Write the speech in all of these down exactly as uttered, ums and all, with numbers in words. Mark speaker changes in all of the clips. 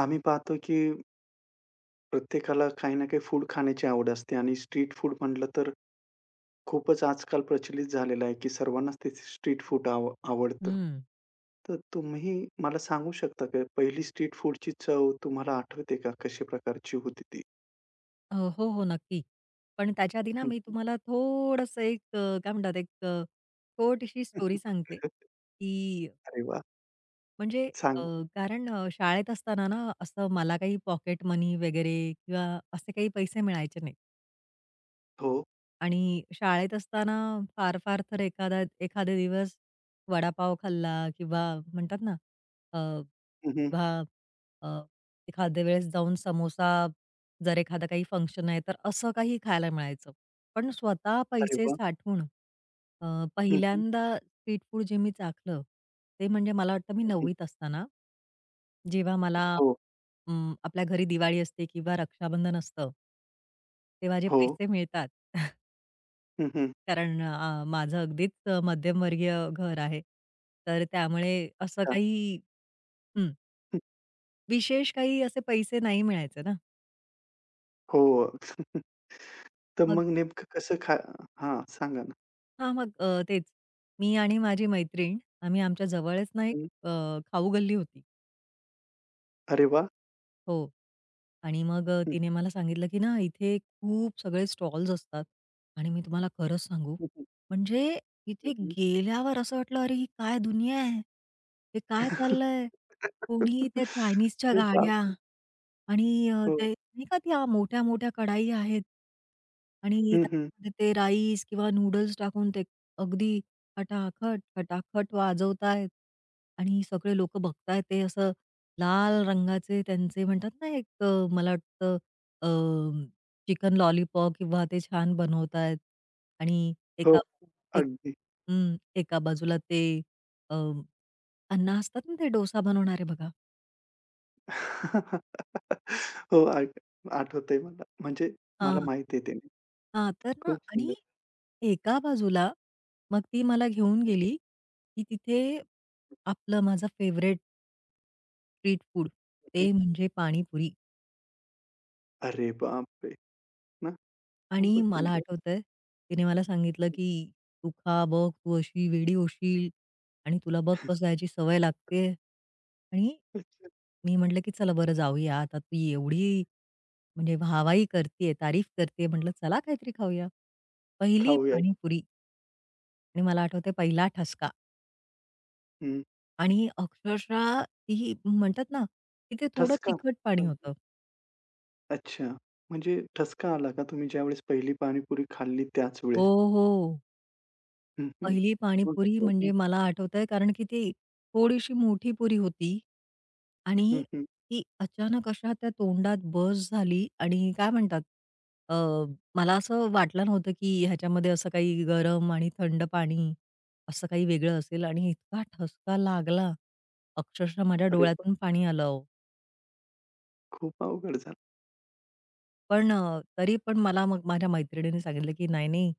Speaker 1: आम्ही पाहतो, की प्रत्येकाला काही ना काही फूड खाण्याची आवड असते आणि स्ट्रीट फूड म्हटलं तर खूपच आजकाल प्रचलित झालेलं आहे, की सर्वांनाच ते स्ट्रीट फूड आव आवडतं.
Speaker 2: हं.
Speaker 1: तर तुम्ही मला सांगू शकता का पहिली स्ट्रीट फूडची चव तुम्हाला आठवते का? कशा प्रकारची होती ती?
Speaker 2: अ, हो, हो, नक्की. पण त्याच्या आधी ना
Speaker 1: हं,
Speaker 2: मी
Speaker 1: हं.
Speaker 2: तुम्हाला थोडंसं एक अ, काय म्हणतात एक अ, छोटीशी स्टोरी सांगते, की
Speaker 1: अरे वाह!
Speaker 2: म्हणजे अ,
Speaker 1: सांगा.
Speaker 2: कारण अ, शाळेत असताना ना असं मला काही पॉकेट मनी वगैरे किंवा असे काही पैसे मिळायचे नाहीत.
Speaker 1: हो.
Speaker 2: आणि शाळेत असताना फार फार तर एखादा एखादा दिवस वडापाव खाल्ला किंवा म्हणतात ना
Speaker 1: हं, हं.
Speaker 2: किंवा अ, एखाद्या वेळेस जाऊन समोसा, जर एखादा काही फंक्शन आहे, तर असं काही खायला मिळायचं. पण स्वतः
Speaker 1: अरे
Speaker 2: पैसे
Speaker 1: वाह!
Speaker 2: साठवून अ,
Speaker 1: हं, हं.
Speaker 2: पहिल्यांदा स्ट्रीट फूड जे मी चाखलं, ते म्हणजे मला वाटतं मी
Speaker 1: हं, हं.
Speaker 2: नववीत असताना, जेव्हा मला
Speaker 1: हो,
Speaker 2: अं, आपल्या घरी दिवाळी असते किंवा रक्षाबंधन असतं तेव्हा जे
Speaker 1: हो.
Speaker 2: पैसे मिळतात,
Speaker 1: हं, हं.
Speaker 2: कारण अ, माझं अगदीच अ, मध्यमवर्गीय घर आहे. तर त्यामुळे असं
Speaker 1: हां.
Speaker 2: काही
Speaker 1: हं.
Speaker 2: विशेष काही असे पैसे नाही मिळायचे ना.
Speaker 1: हो. तर
Speaker 2: मग
Speaker 1: मग नेमकं कसं खा हां, सांगा ना?
Speaker 2: हां, मग अ, तेच. मी आणि माझी मैत्रीण आम्ही आमच्या जवळच ना एक
Speaker 1: हं.
Speaker 2: अ, खाऊ गल्ली होती.
Speaker 1: अरे वाह!
Speaker 2: हो. आणि मग अ, तिने मला सांगितलं, की ना इथे खूप सगळे स्टॉल्स असतात आणि मी तुम्हाला खरंच सांगू,
Speaker 1: हं.
Speaker 2: म्हणजे
Speaker 1: हं,
Speaker 2: इथे
Speaker 1: हं.
Speaker 2: गेल्यावर असं वाटलं, "अरे, ही काय दुनिया आहे? हे काय चाललंय?" कोणी त्या चायनीजच्या
Speaker 1: अरे
Speaker 2: गाड्या
Speaker 1: बापरे!
Speaker 2: आणि अ,
Speaker 1: हो.
Speaker 2: ते नाही का त्या मोठ्या-मोठ्या कढाई आहेत आणि
Speaker 1: हं, हं.
Speaker 2: त्यामध्ये ते राईस किंवा नूडल्स टाकून ते अगदी खटाखट, खटाखट वाजवतायत आणि सगळे लोकं बघतायत ते असं लाल रंगाचे त्यांचे म्हणतात ना, एक अ, मला वाटतं अ, चिकन लॉलीपॉप किंवा ते छान बनवतायत आणि
Speaker 1: हो,
Speaker 2: एका एक
Speaker 1: अगदी.
Speaker 2: हं, एका बाजूला ते अ, अण्णा असतात ना, ते डोसा बनवणारे बघा.
Speaker 1: हो, ऐक आठवतंय मला. म्हणजे मला
Speaker 2: हां.
Speaker 1: माहिती आहे ते.
Speaker 2: हां, तर ना
Speaker 1: खूप
Speaker 2: आणि
Speaker 1: सुंदर.
Speaker 2: एका बाजूला मग ती मला घेऊन
Speaker 1: हं,
Speaker 2: गेली, की तिथे आपलं माझं फेव्हरेट स्ट्रीट फूड ते म्हणजे पाणीपुरी.
Speaker 1: अरे बापरे! ना,
Speaker 2: आणि
Speaker 1: खूपच
Speaker 2: मला
Speaker 1: सुंदर.
Speaker 2: आठवतंय, तिने मला सांगितलं,
Speaker 1: हं, हं.
Speaker 2: की "तू खा बघ, तू अशी वेडी होशील आणि तुला बघ कसं याची सवय लागतेय." आणि
Speaker 1: अच्छा.
Speaker 2: मी म्हटलं, की "चला बरं जाऊया आता तू एवढी म्हणजे वाहवाही करतीये, तारीफ करतीये." म्हटलं, "चला काहीतरी खाऊया." पहिली
Speaker 1: खाऊयात.
Speaker 2: पाणीपुरी आणि मला आठवतंय पहिला ठसका
Speaker 1: हं.
Speaker 2: आणि अक्षरशः ती म्हणतात ना, की ते थोडं
Speaker 1: ठसका.
Speaker 2: तिखट पाणी होतं.
Speaker 1: अच्छा. म्हणजे ठसका आला का तुम्ही ज्यावेळेस पहिली पाणीपुरी खाल्ली त्याच
Speaker 2: हो,
Speaker 1: वेळेस?
Speaker 2: हो.
Speaker 1: हं, हं.
Speaker 2: पहिली पाणीपुरी म्हणजे
Speaker 1: मग-
Speaker 2: मला आठवतंय कारण की ती थोडीशी मोठी पुरी होती
Speaker 1: हं,
Speaker 2: आणि
Speaker 1: हं.
Speaker 2: ती अचानक अशा त्या तोंडात बस झाली आणि काय म्हणतात अ, मला असं वाटलं नव्हतं की ह्याच्यामध्ये असं काही गरम आणि थंड पाणी असं काही वेगळं असेल आणि इतका ठसका लागला. अक्षरशः माझ्या
Speaker 1: अरे वाह!
Speaker 2: डोळ्यातून पाणी आलं अहो.
Speaker 1: खूप अवघड झालं.
Speaker 2: पण अ, तरी पण मला मग माझ्या मैत्रिणीने सांगितलं की "नाही, नाही,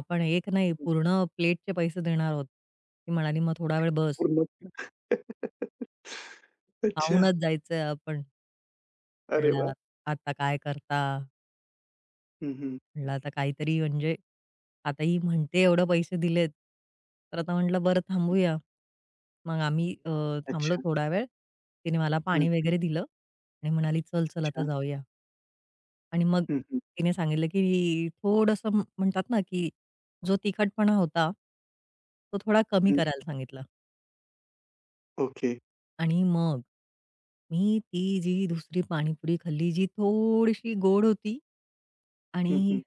Speaker 2: आपण एक नाही पूर्ण प्लेटचे पैसे देणार आहोत." ती म्हणाली, "मग थोडा वेळ बस."
Speaker 1: पूर्ण. अच्छा.
Speaker 2: खाऊनच जायचंय आपण.
Speaker 1: अरे
Speaker 2: म्हणलं
Speaker 1: वाह!
Speaker 2: आता काय करता?
Speaker 1: हं, हं.
Speaker 2: म्हणलं आता काहीतरी म्हणजे आता ही म्हणते एवढे पैसे दिलेत. तर आता म्हटलं बरं थांबूया. मग आम्ही अ, थांबलो
Speaker 1: अच्छा.
Speaker 2: थोडा वेळ. तिने मला
Speaker 1: हं,
Speaker 2: पाणी वगैरे दिलं आणि म्हणाली, "चल, चल आता
Speaker 1: अच्छा.
Speaker 2: जाऊया." आणि मग
Speaker 1: हं, हं,
Speaker 2: तिने सांगितलं, की थोडंसं म्हण- म्हणतात ना, की जो तिखटपणा होता, तो थोडा कमी
Speaker 1: हं.
Speaker 2: करायला सांगितला.
Speaker 1: ओके.
Speaker 2: आणि मग मी ती जी दुसरी पाणीपुरी खाल्ली, जी थोडीशी गोड होती
Speaker 1: हं,
Speaker 2: आणि
Speaker 1: हं.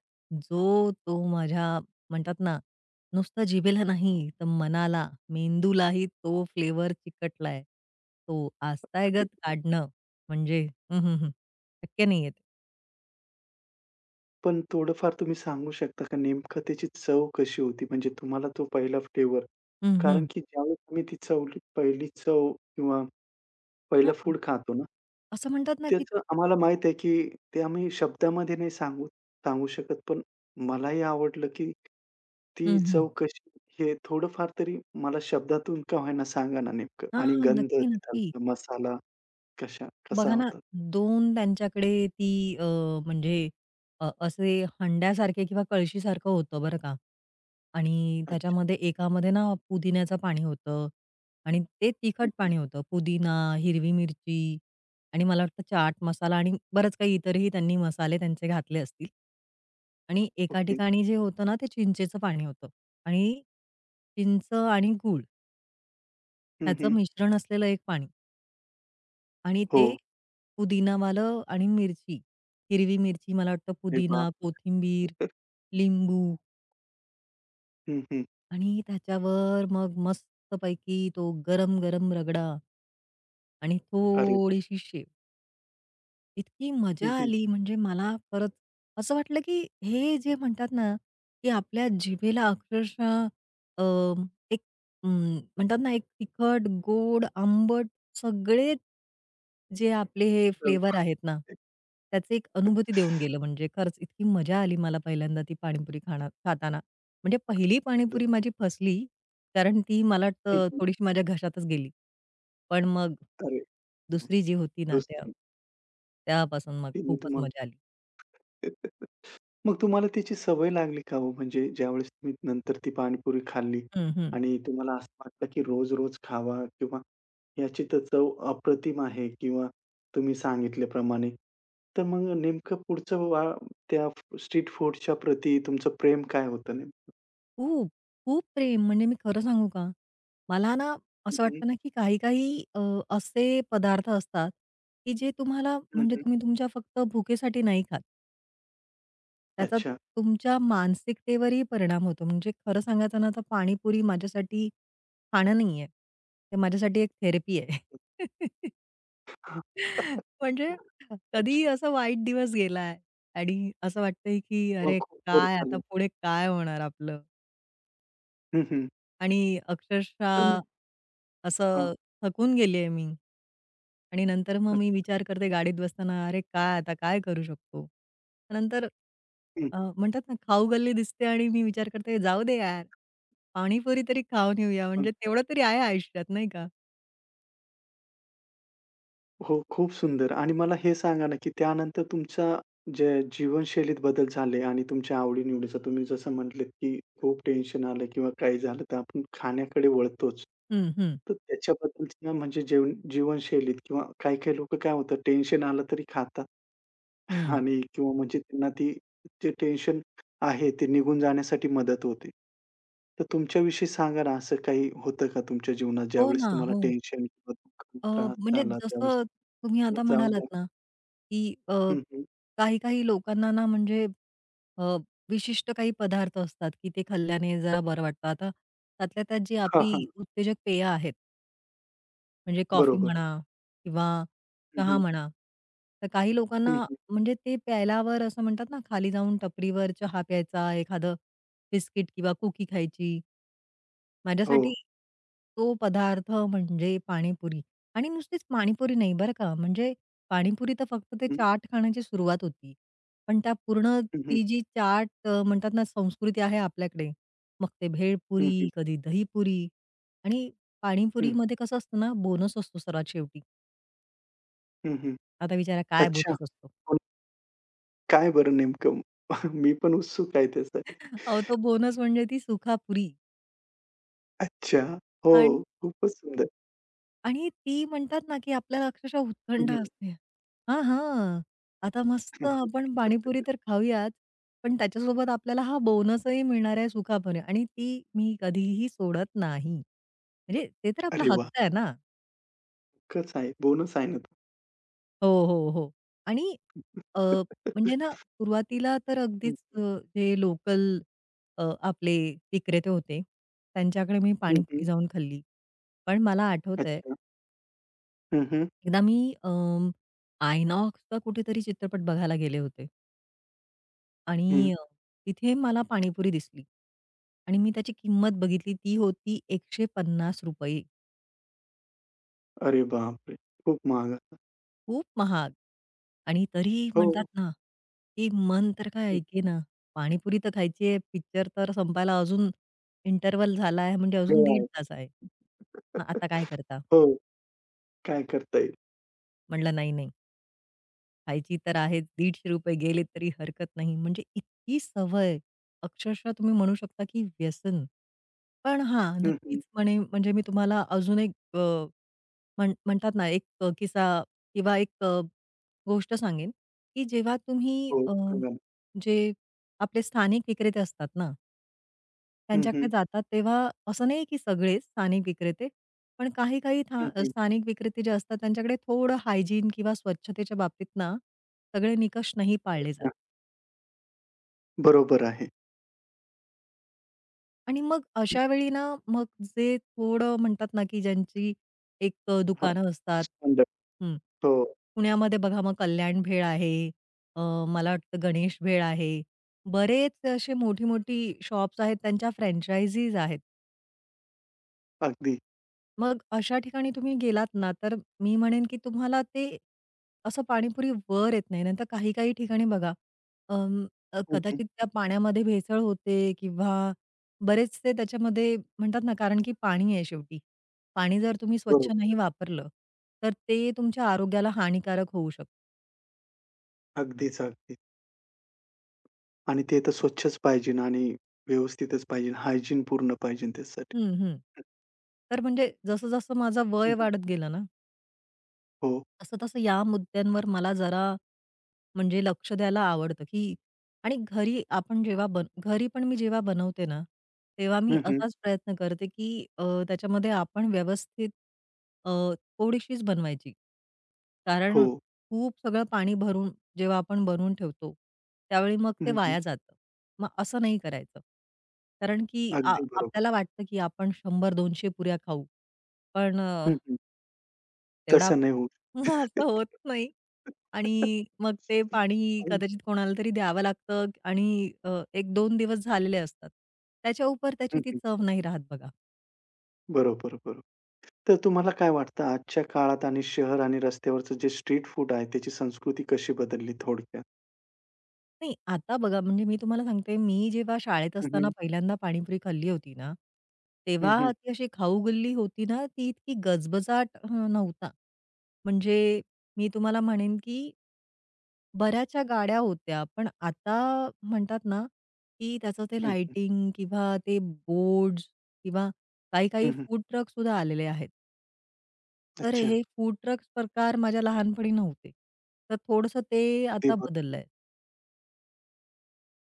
Speaker 2: जो तो माझ्या म्हणतात ना, नुसतं जिभेला नाही, तर मनाला, मेंदूलाही तो फ्लेवर चिकटलाय. तो
Speaker 1: अरे
Speaker 2: आस्तायगत
Speaker 1: वाह!
Speaker 2: काढणं म्हणजे हं, हं, हं. शक्य नाहीये ते.
Speaker 1: पण थोडंफार तुम्ही सांगू शकता का नेमकं त्याची चव कशी होती? म्हणजे तुम्हाला तो पहिला फ्लेवर
Speaker 2: हं,
Speaker 1: कारण
Speaker 2: हं.
Speaker 1: की ज्यावेळेस तुम्ही ती चव पहिली चव किंवा पहिलं
Speaker 2: हां.
Speaker 1: फूड खातो ना
Speaker 2: असं म्हणतात ना, की
Speaker 1: त्याचं आम्हाला माहीत आहे, की ते आम्ही शब्दामध्ये नाही सांगू सांगू शकत. पण मलाही आवडलं, की ती
Speaker 2: हं, हं.
Speaker 1: चव कशी हे थोडंफार तरी मला शब्दातून का होईना सांगा ना नेमकं
Speaker 2: हां,
Speaker 1: आणि
Speaker 2: हां.
Speaker 1: गंध
Speaker 2: नक्की, नक्की.
Speaker 1: तिथालचा मसाला कशा कसा
Speaker 2: बघा ना,
Speaker 1: होता?
Speaker 2: दोन त्यांच्याकडे ती अ, म्हणजे अ, असे हंड्यासारखे किंवा कळशीसारखं होतं बरं का आणि
Speaker 1: अच्छा.
Speaker 2: त्याच्यामध्ये एकामध्ये ना पुदिन्याचं पाणी होतं आणि ते
Speaker 1: हं,
Speaker 2: तिखट
Speaker 1: हं.
Speaker 2: पाणी होतं. पुदिना, हिरवी मिरची आणि मला वाटतं चाट मसाला आणि बरंच काही इतरही त्यांनी मसाले त्यांचे घातले असतील आणि एका
Speaker 1: ओके.
Speaker 2: ठिकाणी जे होतं ना, ते चिंचेचं पाणी होतं आणि चिंच आणि गूळ
Speaker 1: हं,
Speaker 2: ह्याचं
Speaker 1: हं.
Speaker 2: मिश्रण असलेलं एक पाणी. आणि
Speaker 1: हो.
Speaker 2: ते पुदिनावालं आणि मिरची, हिरवी मिरची मला वाटतं
Speaker 1: अरे
Speaker 2: पुदिना,
Speaker 1: बापरे!
Speaker 2: कोथिंबीर, लिंबू
Speaker 1: हं, हं.
Speaker 2: आणि त्याच्यावर मग मस्तपैकी तो गरम-गरम रगडा आणि
Speaker 1: अरे!
Speaker 2: थोडीशी शेव. इतकी
Speaker 1: हं,
Speaker 2: मजा
Speaker 1: हं.
Speaker 2: आली म्हणजे मला परत असं वाटलं, की हे जे म्हणतात ना, की आपल्या जिभेला अक्षरशः अ, एक अं, म्हणतात ना, एक तिखट, गोड, आंबट सगळे जे आपले हे
Speaker 1: चव
Speaker 2: फ्लेवर आहेत ना, त्याची एक अनुभूती देऊन गेलं. म्हणजे खरंच इतकी मजा आली मला पहिल्यांदा ती पाणीपुरी खाणं खाताना. म्हणजे पहिली
Speaker 1: गंध.
Speaker 2: पाणीपुरी माझी फसली, कारण ती मला
Speaker 1: हं,
Speaker 2: वाटतं
Speaker 1: हं.
Speaker 2: थोडीशी माझ्या घशातच गेली. पण मग
Speaker 1: अरे!
Speaker 2: दुसरी जी होती ना त्या
Speaker 1: दुसरी
Speaker 2: त्यापासून मग
Speaker 1: तिने
Speaker 2: खूपच
Speaker 1: तुम्हाला
Speaker 2: मजा आली.
Speaker 1: मग तुम्हाला त्याची सवय लागली का हो? म्हणजे ज्यावेळेस तुम्ही नंतर ती पाणीपुरी खाल्ली
Speaker 2: हं, हं.
Speaker 1: आणि तुम्हाला असं वाटलं, की रोज-रोज खावा किंवा याची तर चव अप्रतिम आहे किंवा तुम्ही सांगितल्याप्रमाणे. तर मग नेमकं पुढचं वा त्या स्ट्रीट फूडच्या प्रती तुमचं प्रेम काय होतं नेमकं?
Speaker 2: खूप, खूप प्रेम म्हणजे मी खरं सांगू का? मला ना
Speaker 1: हं,
Speaker 2: असं
Speaker 1: हं.
Speaker 2: वाटतं ना, की काही-काही अ, असे पदार्थ असतात, की जे तुम्हाला म्हणजे
Speaker 1: हं,
Speaker 2: तुम्ही तुमच्या फक्त भुकेसाठी नाही खात. त्याचा
Speaker 1: अच्छा.
Speaker 2: तुमच्या मानसिकतेवरही परिणाम होतो. म्हणजे खरं सांगायचं ना, तर पाणीपुरी माझ्यासाठी खाणं नाहीये. ते माझ्यासाठी एक थेरपी आहे.
Speaker 1: हां.
Speaker 2: म्हणजे कधीही
Speaker 1: अच्छा.
Speaker 2: असा वाईट दिवस गेलाय आणि असं वाटतंय की
Speaker 1: मग
Speaker 2: अरे
Speaker 1: खूप वर
Speaker 2: काय आता
Speaker 1: झालं.
Speaker 2: पुढे काय होणार आपलं?
Speaker 1: हं, हं.
Speaker 2: आणि
Speaker 1: तर
Speaker 2: अक्षरशः
Speaker 1: मग हां.
Speaker 2: असं थकून गेली मी. आणि नंतर मग
Speaker 1: अच्छा.
Speaker 2: मी विचार करते गाडीत बसताना, अरे काय आता काय करू शकतो? नंतर
Speaker 1: हं.
Speaker 2: अ, म्हणतात ना खाऊ गल्ली दिसते आणि मी विचार करते जाऊ दे यार, पाणीपुरी तरी खाऊन येऊया म्हणजे तेवढं तरी आहे आयुष्यात नाही का?
Speaker 1: हो, खूप सुंदर आणि मला हे सांगा ना, की त्यानंतर तुमच्या जे जीवनशैलीत बदल झाले आणि तुमच्या आवडी-निवडीचं तुम्ही जसं म्हटलेत, की खूप टेन्शन आलं किंवा काही झालं तर आपण खाण्याकडे वळतोच.
Speaker 2: हं, हं.
Speaker 1: तर त्याच्याबद्दलचं म्हणजे जेवण जीवनशैलीत किंवा काही-काही लोकं काय होतात टेन्शन आलं तरी खातात.
Speaker 2: हं.
Speaker 1: आणि किंवा म्हणजे त्यांना ती जे टेन्शन आहे ते निघून जाण्यासाठी मदत होते. तर तुमच्याविषयी सांगा ना, असं काही होतं का तुमच्या जीवनात
Speaker 2: हो
Speaker 1: ज्यावेळेस
Speaker 2: ना,
Speaker 1: तुम्हाला
Speaker 2: हो.
Speaker 1: टेन्शन किंवा दुःख,
Speaker 2: अ,
Speaker 1: त्रास
Speaker 2: म्हणजे
Speaker 1: झाला त्यावेळेस
Speaker 2: जसं तुम्ही आता
Speaker 1: म्हटलं जाऊ
Speaker 2: म्हणालात
Speaker 1: द्या.
Speaker 2: ना, की अ,
Speaker 1: हं, हं.
Speaker 2: काही-काही लोकांना ना म्हणजे अ, विशिष्ट काही पदार्थ असतात, की ते खाल्ल्याने जरा बरं वाटतं. आता त्यातल्या त्यात जी
Speaker 1: हां,
Speaker 2: आपली
Speaker 1: हां.
Speaker 2: उत्तेजक पेय आहेत, म्हणजे कॉफी
Speaker 1: बरोबर.
Speaker 2: म्हणा किंवा
Speaker 1: हं,
Speaker 2: चहा
Speaker 1: हं.
Speaker 2: म्हणा. तर काही
Speaker 1: हं,
Speaker 2: लोकांना
Speaker 1: हं.
Speaker 2: म्हणजे ते प्यायल्यावर असं म्हणतात ना, खाली जाऊन टपरीवर चहा प्यायचा, एखादं बिस्किट किंवा कुकी खायची.
Speaker 1: हो.
Speaker 2: माझ्यासाठी तो पदार्थ म्हणजे पाणीपुरी आणि नुसतीच पाणीपुरी नाही बरं का, म्हणजे पाणीपुरी तर फक्त ते
Speaker 1: हं,
Speaker 2: चाट खाण्याची सुरुवात होती. पण त्या पूर्ण
Speaker 1: हं, हं.
Speaker 2: ती जी चाट अ, म्हणतात ना संस्कृती आहे आपल्याकडे, मग ते
Speaker 1: हं, हं.
Speaker 2: भेळपुरी, कधी दहीपुरी आणि
Speaker 1: हं,
Speaker 2: पाणीपुरीमध्ये कसं असतं ना बोनस असतो सर्वात शेवटी.
Speaker 1: हं, हं.
Speaker 2: आता विचारा काय
Speaker 1: अच्छा.
Speaker 2: बोनस असतो?
Speaker 1: पण काय बरं नेमकं? मी पण उत्सुक आहे त्यासाठी.
Speaker 2: अहो, तो बोनस म्हणजे ती सुखापुरी
Speaker 1: अच्छा. हो.
Speaker 2: आणि
Speaker 1: खूपच सुंदर.
Speaker 2: आणि ती म्हणतात ना, की आपल्याला अक्षरशः
Speaker 1: हं,
Speaker 2: उत्कंठा
Speaker 1: हं.
Speaker 2: असते. हां, हां. आता मस्त आपण पाणीपुरी तर खाऊयाच, पण त्याच्यासोबत आपल्याला हा बोनसही मिळणार आहे सुखा पनीर आणि ती मी कधीही सोडत नाही. म्हणजे ते तर आपला
Speaker 1: अरे वाह!
Speaker 2: हक्क आहे ना.
Speaker 1: खूपच आहे. बोनस आहे ना. तो.
Speaker 2: हो, हो, हो. आणि अ, म्हणजे ना सुरुवातीला तर अगदीच अ, जे लोकल आपले विक्रेते होते, त्यांच्याकडे मी
Speaker 1: हं, हं.
Speaker 2: पाणीपुरी जाऊन खाल्ली. पण मला आठवतंय
Speaker 1: अच्छा. हं, हं.
Speaker 2: एकदा मी अं, आयनॉक्सचा कुठेतरी चित्रपट बघायला गेले होते
Speaker 1: हं.
Speaker 2: आणि अ, तिथे मला पाणीपुरी दिसली आणि मी त्याची किंमत बघितली ती होती ₹एकशे पन्नास
Speaker 1: अरे बापरे! खूप महाग असतात.
Speaker 2: खूप महाग आणि तरी
Speaker 1: हो.
Speaker 2: म्हणतात ना, की मन तर काय
Speaker 1: हं.
Speaker 2: ऐके ना, पाणीपुरी तर खायची आहे, पिक्चर तर संपायला अजून इंटरव्हल झाला आहे म्हणजे अजून
Speaker 1: वेळ
Speaker 2: दीड
Speaker 1: आहे.
Speaker 2: तास आहे. मग आता काय करता?
Speaker 1: हो. काय करता येईल?
Speaker 2: म्हटलं नाही, नाही. खायची तर आहेच. ₹दीडशे गेले तरी हरकत नाही. म्हणजे इतकी सवय, अक्षरशः तुम्ही म्हणू शकता की व्यसन. पण हां,
Speaker 1: हं,
Speaker 2: नक्कीच
Speaker 1: हं.
Speaker 2: म्हणे म्हणजे मी तुम्हाला अजून एक अ, म्हण म्हणतात ना, एक अ, किस्सा किंवा एक अ, गोष्ट सांगेन, की जेव्हा तुम्ही
Speaker 1: हो.
Speaker 2: अ,
Speaker 1: सांगा ना.
Speaker 2: जे आपले स्थानिक विक्रेते असतात ना
Speaker 1: हं,
Speaker 2: त्यांच्याकडे
Speaker 1: हं.
Speaker 2: जातात तेव्हा असं नाही की सगळेच स्थानिक विक्रेते, पण काही-काही
Speaker 1: हं,
Speaker 2: था
Speaker 1: हं.
Speaker 2: स्थानिक विक्रेते जे असतात त्यांच्याकडे थोडं हायजीन किंवा स्वच्छतेच्या बाबतीत ना, सगळे निकष नाही पाळले जात.
Speaker 1: हां. बरोबर आहे.
Speaker 2: आणि मग अशा वेळी ना, मग जे थोडं म्हणतात ना, की ज्यांची एक अ,
Speaker 1: हां.
Speaker 2: दुकानं असतात
Speaker 1: स्टँडर्ड.
Speaker 2: हं.
Speaker 1: हो.
Speaker 2: पुण्यामध्ये बघा मग कल्याण भेळ आहे, अ, मला वाटतं गणेश भेळ आहे. बरेच असे मोठी-मोठी शॉप्स आहेत त्यांच्या फ्रँचायझीज आहेत.
Speaker 1: अगदी.
Speaker 2: मग अशा ठिकाणी तुम्ही गेलात ना, तर मी म्हणेन की तुम्हाला ते असं पाणीपुरी वर येत नाही. नाहीतर काही-काही ठिकाणी बघा अं, अ,
Speaker 1: हं, हं.
Speaker 2: कदाचित त्या पाण्यामध्ये भेसळ होते किंवा बरेचसे त्याच्यामध्ये म्हणतात ना, कारण की पाणी आहे शेवटी. पाणी जर तुम्ही स्वच्छ
Speaker 1: बरोबर.
Speaker 2: नाही वापरलं, तर ते तुमच्या आरोग्याला हानिकारक होऊ शकतं.
Speaker 1: अगदीच, अगदी. आणि ते तर स्वच्छच पाहिजे आणि व्यवस्थितच पाहिजे. हायजीन पूर्ण पाहिजे त्यासाठी.
Speaker 2: हं, हं. तर म्हणजे जसं-जसं माझं
Speaker 1: हं,
Speaker 2: वय
Speaker 1: हं.
Speaker 2: वाढत गेलं ना
Speaker 1: हो.
Speaker 2: असं-तसं या मुद्द्यांवर मला जरा म्हणजे लक्ष द्यायला आवडतं, की आणि घरी आपण जेव्हा बन घरी पण मी जेव्हा बनवते ना, तेव्हा मी
Speaker 1: हं, हं.
Speaker 2: असाच प्रयत्न करते, की अ, त्याच्यामध्ये आपण व्यवस्थित अ, थोडीशीच बनवायची.
Speaker 1: हो.
Speaker 2: कारण खूप सगळं पाणी भरून जेव्हा आपण बनवून ठेवतो, त्यावेळी मग
Speaker 1: हं,
Speaker 2: ते
Speaker 1: हं.
Speaker 2: वाया जातं. मग असं नाही करायचं. कारण की आ
Speaker 1: अगदी बरोबर.
Speaker 2: आपल्याला वाटतं, की आपण शंभर ते दोनशे पुऱ्या खाऊ. पण अ,
Speaker 1: हं, हं.
Speaker 2: तेवढा
Speaker 1: तसं नाही होऊ
Speaker 2: असं
Speaker 1: शकत.
Speaker 2: होत नाही. आणि मग ते पाणी कदाचित कोणाला तरी द्यावं लागतं आणि अ, एक दोन दिवस झालेले असतात. त्याच्या उपर त्याची
Speaker 1: हं,
Speaker 2: ती
Speaker 1: हं.
Speaker 2: चव नाही राहत बघा.
Speaker 1: बरोबर, बरोबर. तर तुम्हाला काय वाटतं आजच्या काळात आणि शहर आणि रस्त्यावरचं जे स्ट्रीट फूड आहे त्याची संस्कृती कशी बदलली थोडक्यात?
Speaker 2: नाही, आता बघा म्हणजे मी तुम्हाला सांगते, मी जेव्हा शाळेत
Speaker 1: हं,
Speaker 2: असताना
Speaker 1: हं.
Speaker 2: पहिल्यांदा पाणीपुरी खाल्ली होती ना,
Speaker 1: हं, हं.
Speaker 2: तेव्हा ती अशी खाऊगल्ली होती ना, ती इतकी गजबजाट अ, नव्हता. म्हणजे मी तुम्हाला म्हणेन की बऱ्याचशा गाड्या होत्या. पण आता म्हणतात ना, की त्याचं ते
Speaker 1: हं, हं.
Speaker 2: लाइटिंग किंवा ते बोर्ड्स किंवा काही-काही
Speaker 1: हं,
Speaker 2: फूड ट्रक सुद्धा आलेले आहेत. तर
Speaker 1: अच्छा.
Speaker 2: हे फूड ट्रक्स प्रकार माझ्या लहानपणी नव्हते. तर थोडंसं ते
Speaker 1: ते
Speaker 2: आता
Speaker 1: बरं.
Speaker 2: बदललंय.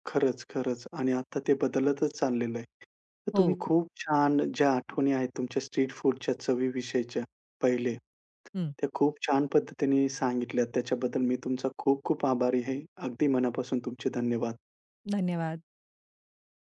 Speaker 1: खरंच, खरंच आणि आता ते बदलतच चाललेलं आहे. तर तुम्ही
Speaker 2: हो.
Speaker 1: खूप छान ज्या आठवणी आहेत तुमच्या स्ट्रीट फूडच्या चवीविषयीच्या पहिले,
Speaker 2: हं.
Speaker 1: त्या खूप छान पद्धतीने सांगितल्यात. त्याच्याबद्दल मी तुमचा खूप खूप आभारी आहे. अगदी मनापासून तुमचे धन्यवाद.
Speaker 2: धन्यवाद.